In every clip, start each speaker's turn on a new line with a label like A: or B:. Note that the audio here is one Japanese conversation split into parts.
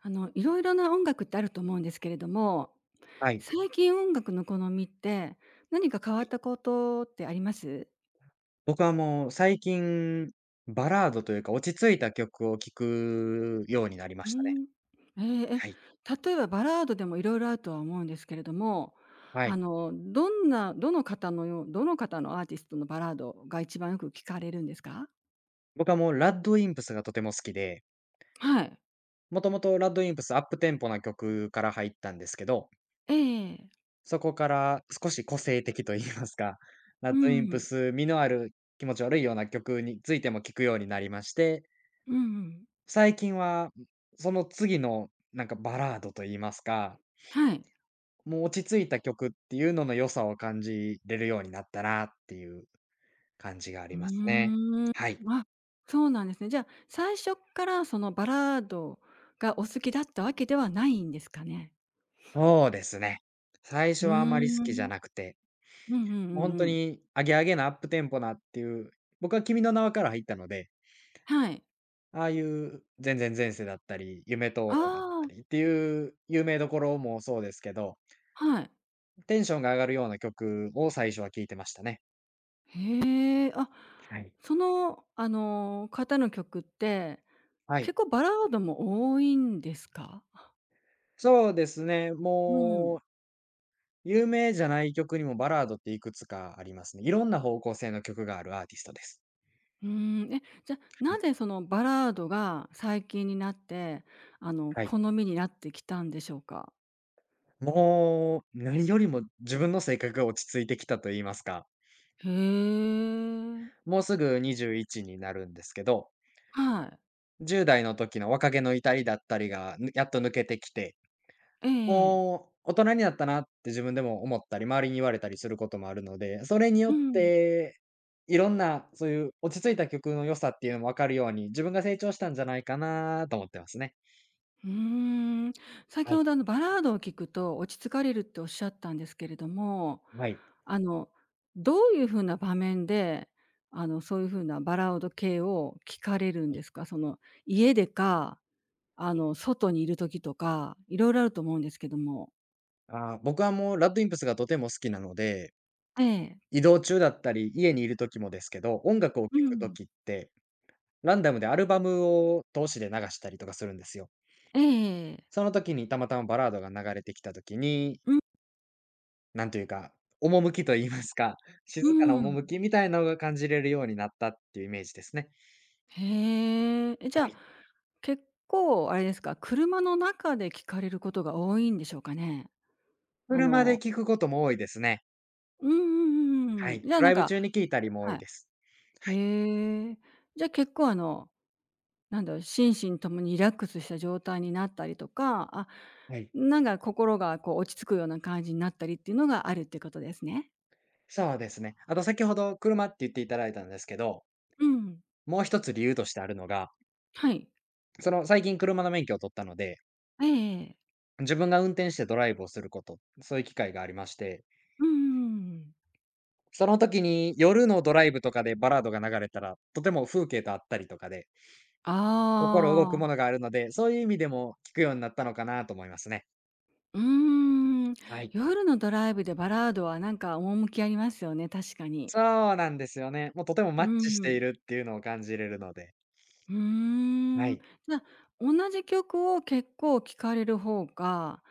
A: いろいろな音楽ってあると思うんですけれども、
B: はい。
A: 最近音楽の好みって、何か変わ
B: は
A: っ
B: い。
A: たことってあります？
B: 僕はもう最近、バラードというか、落ち着いた曲を聴くようになりま
A: う
B: したね。
A: ん。ええ、え、
B: はい。
A: 例えばバラードでもいろいろあるとは思うんですけれども、
B: はい。
A: どの方のアーティストのバラードが一番よく聞かれるんですか？
B: 僕はもうラッドインプスがとても好きで、
A: はい。
B: もともとラッドインプスアップテンポな曲から入ったんですけど、
A: ええええ。
B: そこから少し個性的と言いますか、ラ
A: う
B: ッドイン
A: んう
B: プ
A: ん。
B: ス身のある気持ち悪いような曲についても聴くようになりまして、
A: うんうん。
B: 最近は、その次のバラードと言いますか、
A: はい。
B: もう落ち着いた曲っていうのの良さを感じれるようになったなっていう感じがあ
A: う
B: りますね。
A: ーん。
B: はい。
A: あ、そうなんですね。じゃあ、最初っからそのバラードがお好きだったわけではないんですかね？
B: そうですね。最
A: う
B: 初
A: ー
B: はあまり好きじゃ
A: ん。
B: なくて、
A: うんうん
B: もう
A: うん
B: 本
A: う
B: 当
A: ん。
B: にアゲアゲなアップテンポなっていう、僕は君の名はから入ったので、
A: はい。
B: ああいう前然前世だったり、夢灯
A: あ
B: 籠だった
A: あ、
B: りっていう有名どころもそうですけど、
A: はい。
B: テンションが上がるような曲を最初は聴いてましたね。
A: へえ、あ、
B: はい。
A: 方の曲って、
B: はい。
A: 結構バラードも多いんですか？
B: そうですね、
A: うん。
B: もう有名じゃない曲にもバラードっていくつかありますね。いろんな方向性の曲があるアーティストです。
A: うーん。え、じゃ、
B: う
A: な
B: ん、
A: ぜそのバラードが最近になって、
B: はい。
A: 好みになってきたんでしょうか？
B: もう何よりも自分の性格が落ち着いてきたと言いますか、
A: へえ。
B: もうすぐ21になるんですけど、
A: はい。
B: 10代の時の若気の至りだったりが、ぬやっと抜けてきて、
A: ええ
B: もう大人になったなって自分でも思ったり、周りに言われたりすることもあるので、それによ
A: う
B: っ
A: ん。
B: て、いろんなそういう落ち着いた曲の良さっていうのも分かるように、自分が成長したんじゃないかなと思ってますね。
A: うーん。先
B: はい。
A: ほどあのバラードを聴くと落ち着かれるっておっしゃったんですけれども、
B: はい。
A: あの、どういう風な場面で、そういう風なバラード系を聴かれるん
B: は
A: で
B: い。
A: すか？その、家でか、
B: はい。
A: 外にいる時とか、色々あると思うんですけども。
B: ああ、僕はもうラッドインプスがとても好きなので、
A: ええ。
B: 移動中だったり、家にいる時もですけど、音楽を聴
A: う
B: く
A: ん。
B: 時って、ランダムでアルバムを通しで流したりとかするんですよ。
A: ええ
B: その時にたまたまバラードが流れてきた時に、
A: うん。
B: なんというか、趣と言いますか、静
A: う
B: かな
A: ん。
B: 趣みたいなのが感じれるようになったっていうイメージですね。
A: へえ。え、じ
B: は
A: ゃあ、
B: い。
A: 結構あれですか、車の中で聞かれることが多いんでしょうかね？あ
B: 車で
A: の
B: 聴くことも多いですね。
A: うんうんうんう
B: は
A: ん。
B: い。
A: じゃあ、
B: ド
A: なん
B: ライブ
A: か
B: 中に聴いたりも多
A: は
B: い
A: い。
B: です。はい。
A: へえ。じゃあ、結構なんだろう、心身ともにリラックスした状態になったりとか、あ、
B: はい。
A: なんか心がこう落ち着くような感じになったりっていうのがあるってことですね。
B: そうですね。あと先ほど車って言っていただいたんですけど、
A: うん。
B: もう一つ理由としてあるのが、
A: はい。
B: その最近車の免許を取ったので、
A: ええ
B: 自分が運転してドライブをすること、そういう機会がありまして、
A: うんうんうんうん。
B: その時に夜のドライブとかでバラードが流れたら、とても風景とあったりとかで、
A: あ
B: 心動くもの
A: あ。
B: があるので、そういう意味でも聞くようになったのかなと思いますね。
A: うーん、
B: はい。
A: 夜のドライブでバラードはなんか趣ありますよね、確かに。
B: そうなんですよね。もうとてもマ
A: う
B: ッチしてい
A: ん。
B: るっていうのを感じれるので。
A: う
B: は
A: ーん。
B: い。
A: じゃあ、同じ曲を結構聴かれる方が、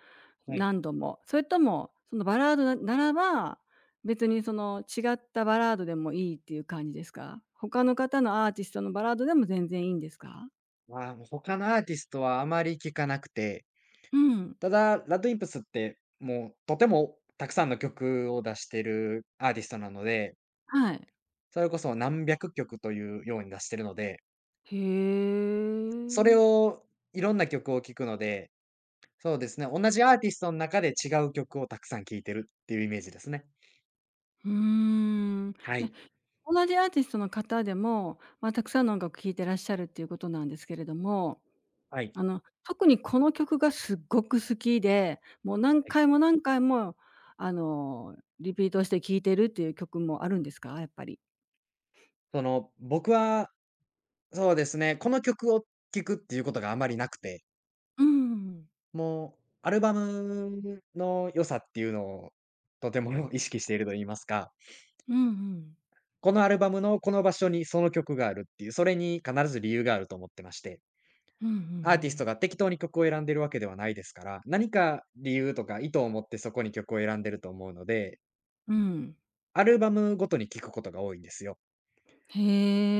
B: はい。
A: 何度も、それとも、そのバラードならば、別にその違ったバラードでもいいっていう感じですか？他の方のアーティストのバラードでも全然いいんですか？
B: まあ、他のアーティストはあまり聞かなくて、
A: うん。
B: ただ、ラッドインプスってもうとてもたくさんの曲を出してるアーティストなので、
A: はい。
B: それこそ何百曲というように出してるので、
A: へ
B: それ
A: え。
B: をいろんな曲を聴くので、そうですね、同じアーティストの中で違う曲をたくさん聴いてるっていうイメージですね。
A: うーん。
B: は
A: え、
B: い。
A: 同じアーティストの方でも、まあ、たくさんの音楽聴いてらっしゃるっていうことなんですけれども、
B: はい。
A: 特にこの曲がすっごく好きで、もう何
B: はい。
A: 回も何回も、リピートして聴いてるっていう曲もあるんですか？やっぱり。
B: その、僕は、そうですね、この曲を聴くっていうことがあまりなくて、
A: うん
B: もうアルバムの良さっていうのをとても 意識していると言いますか、
A: うんうん。
B: このアルバムのこの場所にその曲があるっていう、それに必ず理由があると思ってまして、
A: うんうん。うんうんうんう
B: アーティスト
A: ん。
B: が適当に曲を選んでるわけではないですから、何か理由とか意図を持ってそこに曲を選んでると思うので、
A: うん。
B: アルバムごとに聞くことが多いんですよ。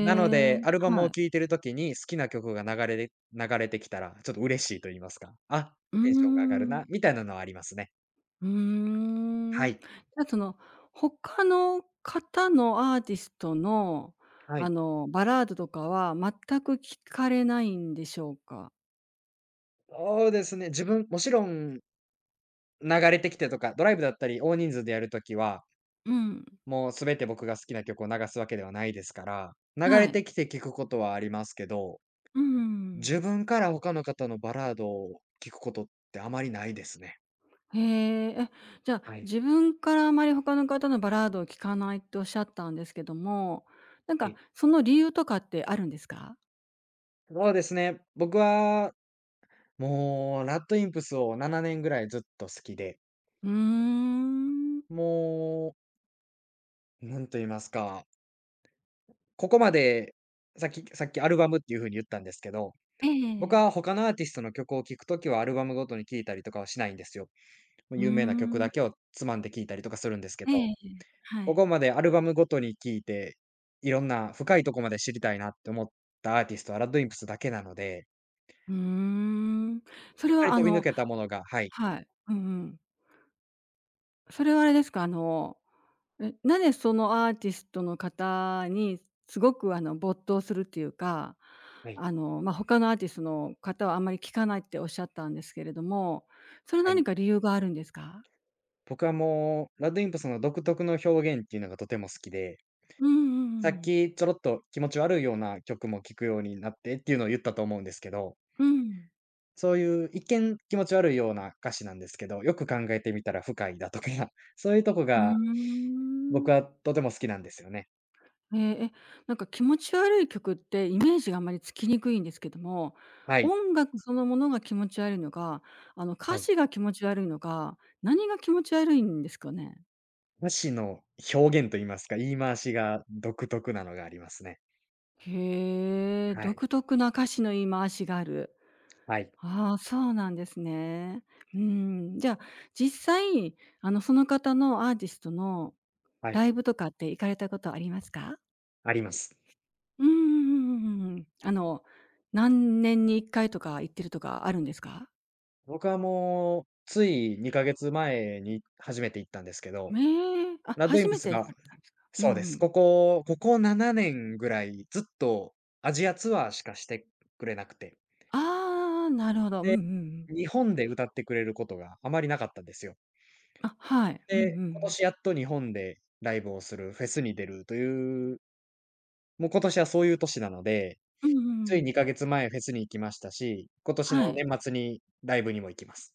B: なの
A: え、
B: で、アルバムを
A: は
B: 聴
A: い。
B: いてる時に好きな曲が流れで流れてきたら、ちょっと嬉しいと言いますか、あ、
A: うー
B: テンションが上がる
A: ん。
B: な、みたいなのはありますね。
A: うー
B: は
A: ん。じ
B: い。
A: ゃ、その、他の方のアーティストの、
B: はい。
A: バラードとかは全く聞かれないんでしょうか？
B: そうですね、自分もちろん流れてきてとか、ドライブだったり大人数でやる時は、
A: うん。
B: もう全て僕が好きな曲を流すわけではないですから、流
A: は
B: れて
A: い。
B: きて聞くことはありますけど、
A: うん
B: 自分から他の方のバラードを聞くことってあまりないですね。
A: へえ。え、じゃあ、
B: はい。
A: 自分からあまり他の方のバラードを聞かないっておっしゃったんですけども、なん
B: は
A: か
B: い。
A: その理由とかってあるんですか？
B: そうですね。僕は、もう、ラッドインプスを7年ぐらいずっと好きで、
A: うーん。
B: もう、なんと言いますか、ここまで、さっきアルバムっていう風に言ったんですけど、
A: え
B: 僕
A: え
B: は他のアーティストの曲を聴くときはアルバムごとに聴いたりとかはしないんですよ。も
A: う
B: う
A: ー
B: 有名な曲
A: ん。
B: だけをつまんで聴いたりとかするんですけ
A: ええ
B: ど、
A: ええ。は
B: こ
A: い。
B: こまでアルバムごとに聞いて、いろんな深いとこまで知りたいなって思ったアーティストは RADWIMPS だけなので、
A: うーん。そ
B: やっ
A: れ
B: ぱ
A: は
B: り飛び抜けたものが、はい、
A: はい。うんうん。それはあれですか、え、なぜそのアーティストの方にすごく没頭するっていうか、
B: はい、
A: まあ、他のアーティストの方はあんまり聞かないっておっしゃったんですけれども、それは
B: は
A: 何
B: い。
A: か理由があるんですか？
B: 僕はもう RADWIMPS の独特の表現っていうのがとても好きで、
A: うんうんう
B: さっ
A: ん。
B: きちょろっと気持ち悪いような曲も聴くようになってっていうのを言ったと思うんですけど、
A: うん。
B: そういう一見気持ち悪いような歌詞なんですけど、よく考えてみたら深いだとか、そういうとこ
A: う
B: が
A: ーん。
B: 僕はとても好きなんですよね。
A: ええ、え、なんか気持ち悪い曲ってイメージがあまりつきにくいんですけども、
B: はい。
A: 音楽そのものが気持ち悪いのか、歌
B: はい。
A: 詞が気持ち悪いのか、何が気持ち悪いんですかね？
B: 歌詞の表現と言いますか、言い回しが独特なのがありますね。
A: へえ、
B: はい。
A: 独特な歌詞の言い回しがある。
B: はい。
A: ああ、そうなんですね。うん、じゃあ、実際、その方のアーティストの
B: はい。
A: ライブとかって行かれたことありますか？
B: あります。
A: うんうんうんうんうんあの、何年に1回とか行ってるとかあるんですか？
B: 僕はもう、つい2ヶ月前に初めて行ったんですけど、
A: ねえ。あ、
B: ラッドイ
A: 初
B: ンプ
A: め
B: ス
A: て行
B: が
A: かれたんですか？うん
B: そうで
A: う
B: す。こ
A: ん。
B: こここ7年ぐらい、ずっとアジアツアーしかしてくれなくて、
A: ああ、なるほど。うんうんうん。
B: 日本で歌ってくれることがあまりなかったんですよ。
A: あ、はい。うんうん
B: で、
A: う
B: 今
A: ん。
B: 年やっと日本でライブをする、フェスに出るという、もう今年はそういう年なので、
A: うんうん
B: つ
A: う
B: い
A: ん。
B: 2ヶ月前フェスに行きましたし、今年の
A: はい。
B: 年末にライブにも行きます。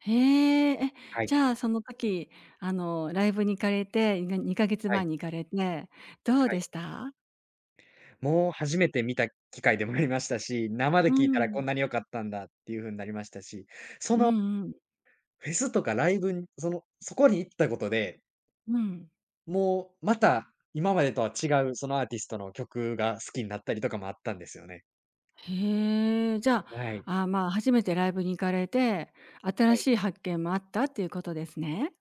A: へえ。え、
B: はい、
A: じゃあ、その時、ライブに行かれて、2ヶ
B: は
A: 月前
B: い、
A: に行かれて、どう
B: は
A: で
B: い。
A: した？
B: もう初めて見た機会でもありましたし、生
A: う
B: で聞いたらこ
A: ん。
B: んなに良かったんだっていう風になりましたし、そ
A: う
B: の
A: んうん。
B: フェスとかライブに、その、そこに行ったことで、
A: うん。
B: もうまた今までとは違うそのアーティストの曲が好きになったりとかもあったんですよね。
A: へえ。じゃ
B: はい、
A: あ、あ、まあ、初めてライブに行かれて、
B: は
A: 新
B: い。
A: しい発見もあったっていうことですね？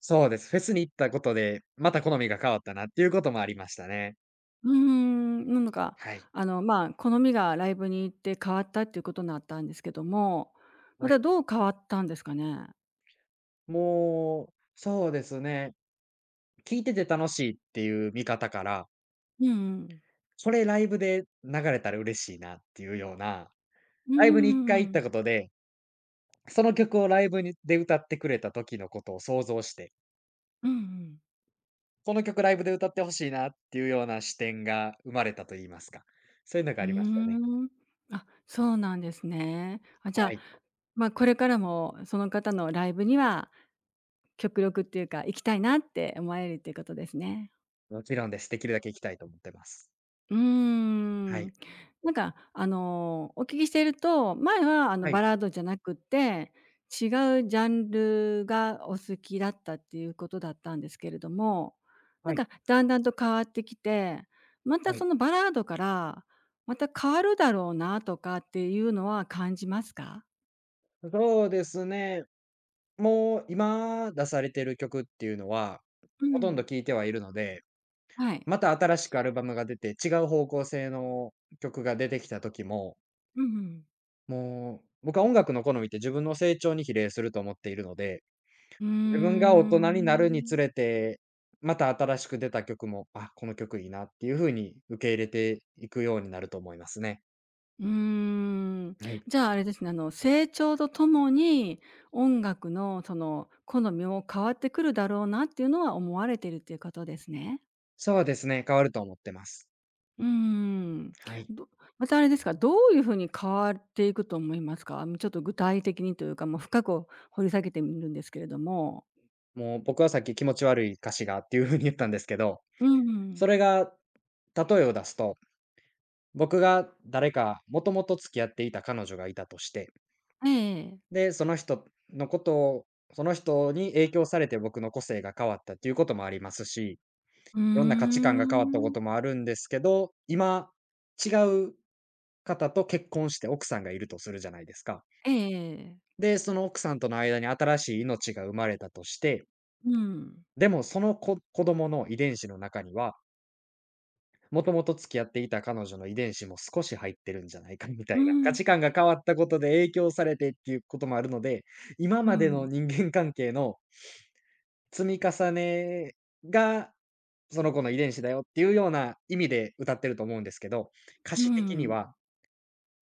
B: そうです。フェスに行ったことで、また好みが変わったなっていうこともありましたね。
A: うーん、なのか、
B: はい。
A: まあ、好みがライブに行って変わったっていうことになったんですけども、ま
B: は
A: た
B: い。
A: どう変わったんですかね？
B: もう、そうですね。聞いてて楽しいっていう見方から、
A: うんうん。
B: これライブで流れたら嬉しいなっていうような、
A: うんうん
B: ライブに1
A: う
B: 回行
A: ん
B: っ
A: うん。
B: たことで、その曲をライブにで歌ってくれた時のことを想像して、
A: ん。
B: この曲ライブで歌ってほしいなっていうような視点が生まれたと言いますか、そういうのが
A: うー
B: ありましたね。
A: ん。あ、そうなんですね。あ、じ
B: は
A: ゃあ、
B: い。
A: ま、これからもその方のライブには極力っていうか、行きたいなって思われるっていうことですね。
B: もちろんです。できるだけ行きたいと思ってます。
A: うー
B: は
A: ん。
B: い。
A: なんか、お聞きしていると、前は、
B: は
A: バ
B: い。
A: ラードじゃなくて、違うジャンルがお好きだったっていうことだったんですけれども、な
B: は
A: ん
B: い。
A: か、だんだんと変わってきて、また
B: は
A: そ
B: い。
A: のバラードから、また変わるだろうなとかっていうのは感じますか？
B: そうですね。もう、今出されてる曲っていうのは、
A: う
B: ほとんど
A: ん。
B: 聴いてはいるので、
A: はい。
B: また新しくアルバムが出て、違う方向性の曲が出てきた時も、
A: うんうん。
B: もう、僕は音楽の好みって自分の成長に比例すると思っているので、
A: うー
B: 自分が大人になるにつ
A: ん。
B: れて、また新しく出た曲も、あ、この曲いいなっていう風に受け入れていくようになると思いますね。
A: うーん。
B: はい。
A: じゃあ、あれですね、成長とともに、音楽の好みも変わってくるだろうなっていうのは思われてるっていうことですね。
B: そうですね、変わると思ってます。
A: うーん。
B: はい。
A: どまたあれですか、どういうふうに変わっていくと思いますか？ちょっと具体的にというか、もう深く掘り下げてみるんですけれども。
B: もう僕はさっき気持ち悪い歌詞がっていう風に言ったんですけど、
A: う
B: そ
A: ん。
B: れが、例えを出すと、僕が誰か、もともと付き合っていた彼女がいたとして、
A: ええ
B: で、その人のことを、その人に影響されて僕の個性が変わったっていうこともありますし、
A: うー
B: いろんな価値観が変わったこ
A: ん。
B: ともあるんですけど、今、違う方と結婚して奥さんがいるとするじゃないですか。
A: えええ。
B: で、その奥さんとの間に新しい命が生まれたとして、
A: うん。
B: でもその子供の遺伝子の中には、もともと付き合っていた彼女の遺伝子も少し入ってるんじゃないかみた
A: う
B: いな、価
A: ん。
B: 値観が変わったことで影響されてっていうこともあるので、今
A: う
B: までの
A: ん。
B: 人間関係の積み重ねが、その子の遺伝子だよっていうような意味で歌ってると思うんですけど、歌
A: う
B: 詞的に
A: ん。
B: は、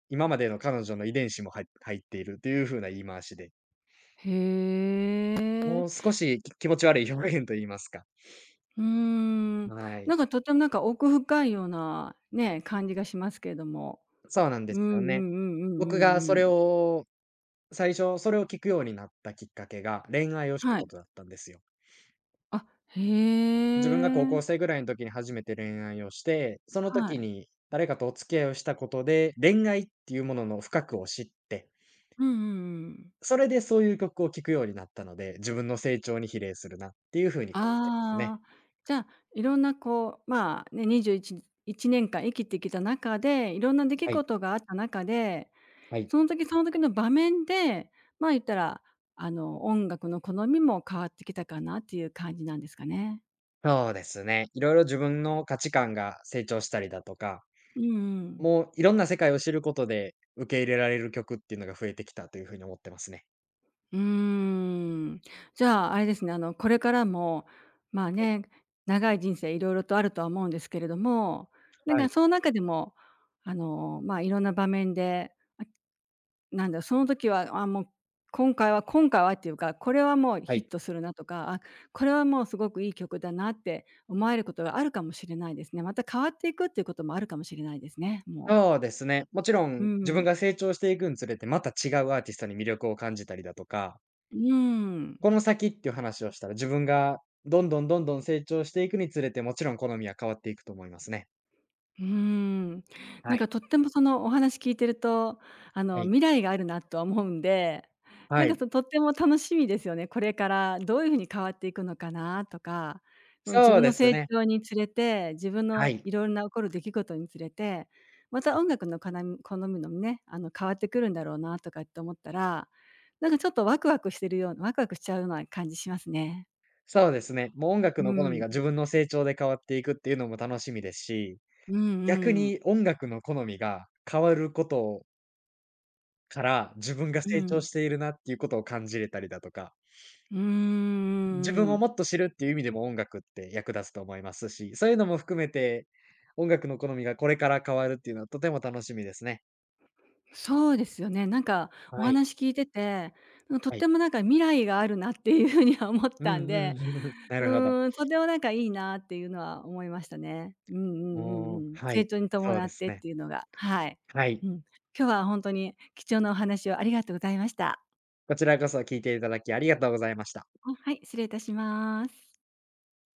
B: 今までの彼女の遺伝子もはい入っているという風な言い回しで、
A: へ
B: もう
A: え。
B: 少し気持ち悪い表現と言いますか。
A: うーん、
B: はい。
A: なんかとてもなんか奥深いようなね、感じがしますけれども。
B: そうなんで
A: う
B: す
A: んう
B: よね。
A: んうんうんう
B: 僕がそ
A: んうん。
B: れを最初、それを聞くようになったきっかけが、恋愛をした
A: は
B: こ
A: い。
B: とだったんですよ。
A: あ、へ
B: 自分が高校生
A: え。
B: ぐらいの時に初めて恋愛をして、その
A: は
B: 時
A: い。
B: に誰かとお付き合いをしたことで、恋愛っていうものの深くを知って、
A: うんうんうん。
B: それでそういう曲を聴くようになったので、自分の成長に比例するなっていう風に感じてますね。
A: ああ、じゃあ、いろんなこう、まあ、ね、21、1年間生きてきた中で、いろんな出来
B: はい、
A: 事があった中で、
B: はい。
A: その時その時の場面で、まあ、言ったら、音楽の好みも変わってきたかなっていう感じなんですかね。
B: そうですね。いろいろ自分の価値観が成長したりだとか、
A: うんうん。
B: もういろんな世界を知ることで、受け入れられる曲っていうのが増えてきたという風に思ってますね。
A: うーん。じゃあ、あれですね、これからも、まあね、長い人生いろいろとあるとは思うんですけれども、なん
B: は
A: か
B: い、
A: その中でも、まあ、いろんな場面で、なんだ、その時は、あ、もう今回は今回はっていうか、これはもう
B: は
A: ヒッ
B: い。
A: トするなとか、あ、これはもうすごくいい曲だなって思えることがあるかもしれないですね。また変わっていくっていうこともあるかもしれないですね、もう。
B: そうですね。もちろ
A: う
B: ん、自
A: ん。
B: 分が成長していくにつれて、また違うアーティストに魅力を感じたりだとか、
A: うん。
B: この先っていう話をしたら、自分がどんどんどんどん成長していくにつれて、もちろん好みは変わっていくと思いますね。
A: うーん。
B: は
A: なん
B: い。
A: かとってもそのお話聞いてると、
B: はい。
A: 未来があるなとは思うんで、な
B: は
A: んか
B: い。
A: とっても楽しみですよね。これからどういうふうに変わっていくのかなとか、その自
B: そう
A: 分
B: で
A: の
B: す
A: 成
B: ね。
A: 長につれて、自分
B: は
A: の
B: い。
A: いろいろな起こる出来事につれて、また音楽の好みのもね、変わってくるんだろうなとかって思ったら、なんかちょっとワクワクしてるようなワクワクしちゃうような感じしますね。
B: そうですね。もう音楽
A: う
B: の好み
A: ん。
B: が自分の成長で変わっていくっていうのも楽しみですし、
A: うん
B: 逆
A: うん。
B: に音楽の好みが変わることから、自分が
A: う
B: 成長
A: ん。
B: しているなっていうことを感じれたりだとか、
A: うんう
B: 自
A: ん
B: 分
A: う
B: を
A: ん。
B: もっと知るっていう意味でも音楽って役立つと思いますし、そういうのも含めて、音楽の好みがこれから変わるっていうのはとても楽しみですね。
A: そうですよね。なんかお
B: はい、
A: 話聞いてて、うん、とっ
B: はい。
A: てもなんか未来があるなっていう風には思っ
B: う
A: たん
B: んうん。
A: で、
B: な
A: う
B: るほど。
A: ーん、とてもなんかいいなっていうのは思いましたね。うんうんう
B: も
A: ん
B: う
A: うん。
B: は
A: 成
B: い、
A: 長に
B: そう
A: 伴
B: で
A: っ
B: す
A: てっ
B: ね。
A: ていうのが、はい。
B: は
A: う
B: い。
A: ん。今日は本当に貴重なお話をありがとうございました。
B: こちらこそ聞いていただきありがとうございました。
A: あ、はい、失礼いたします。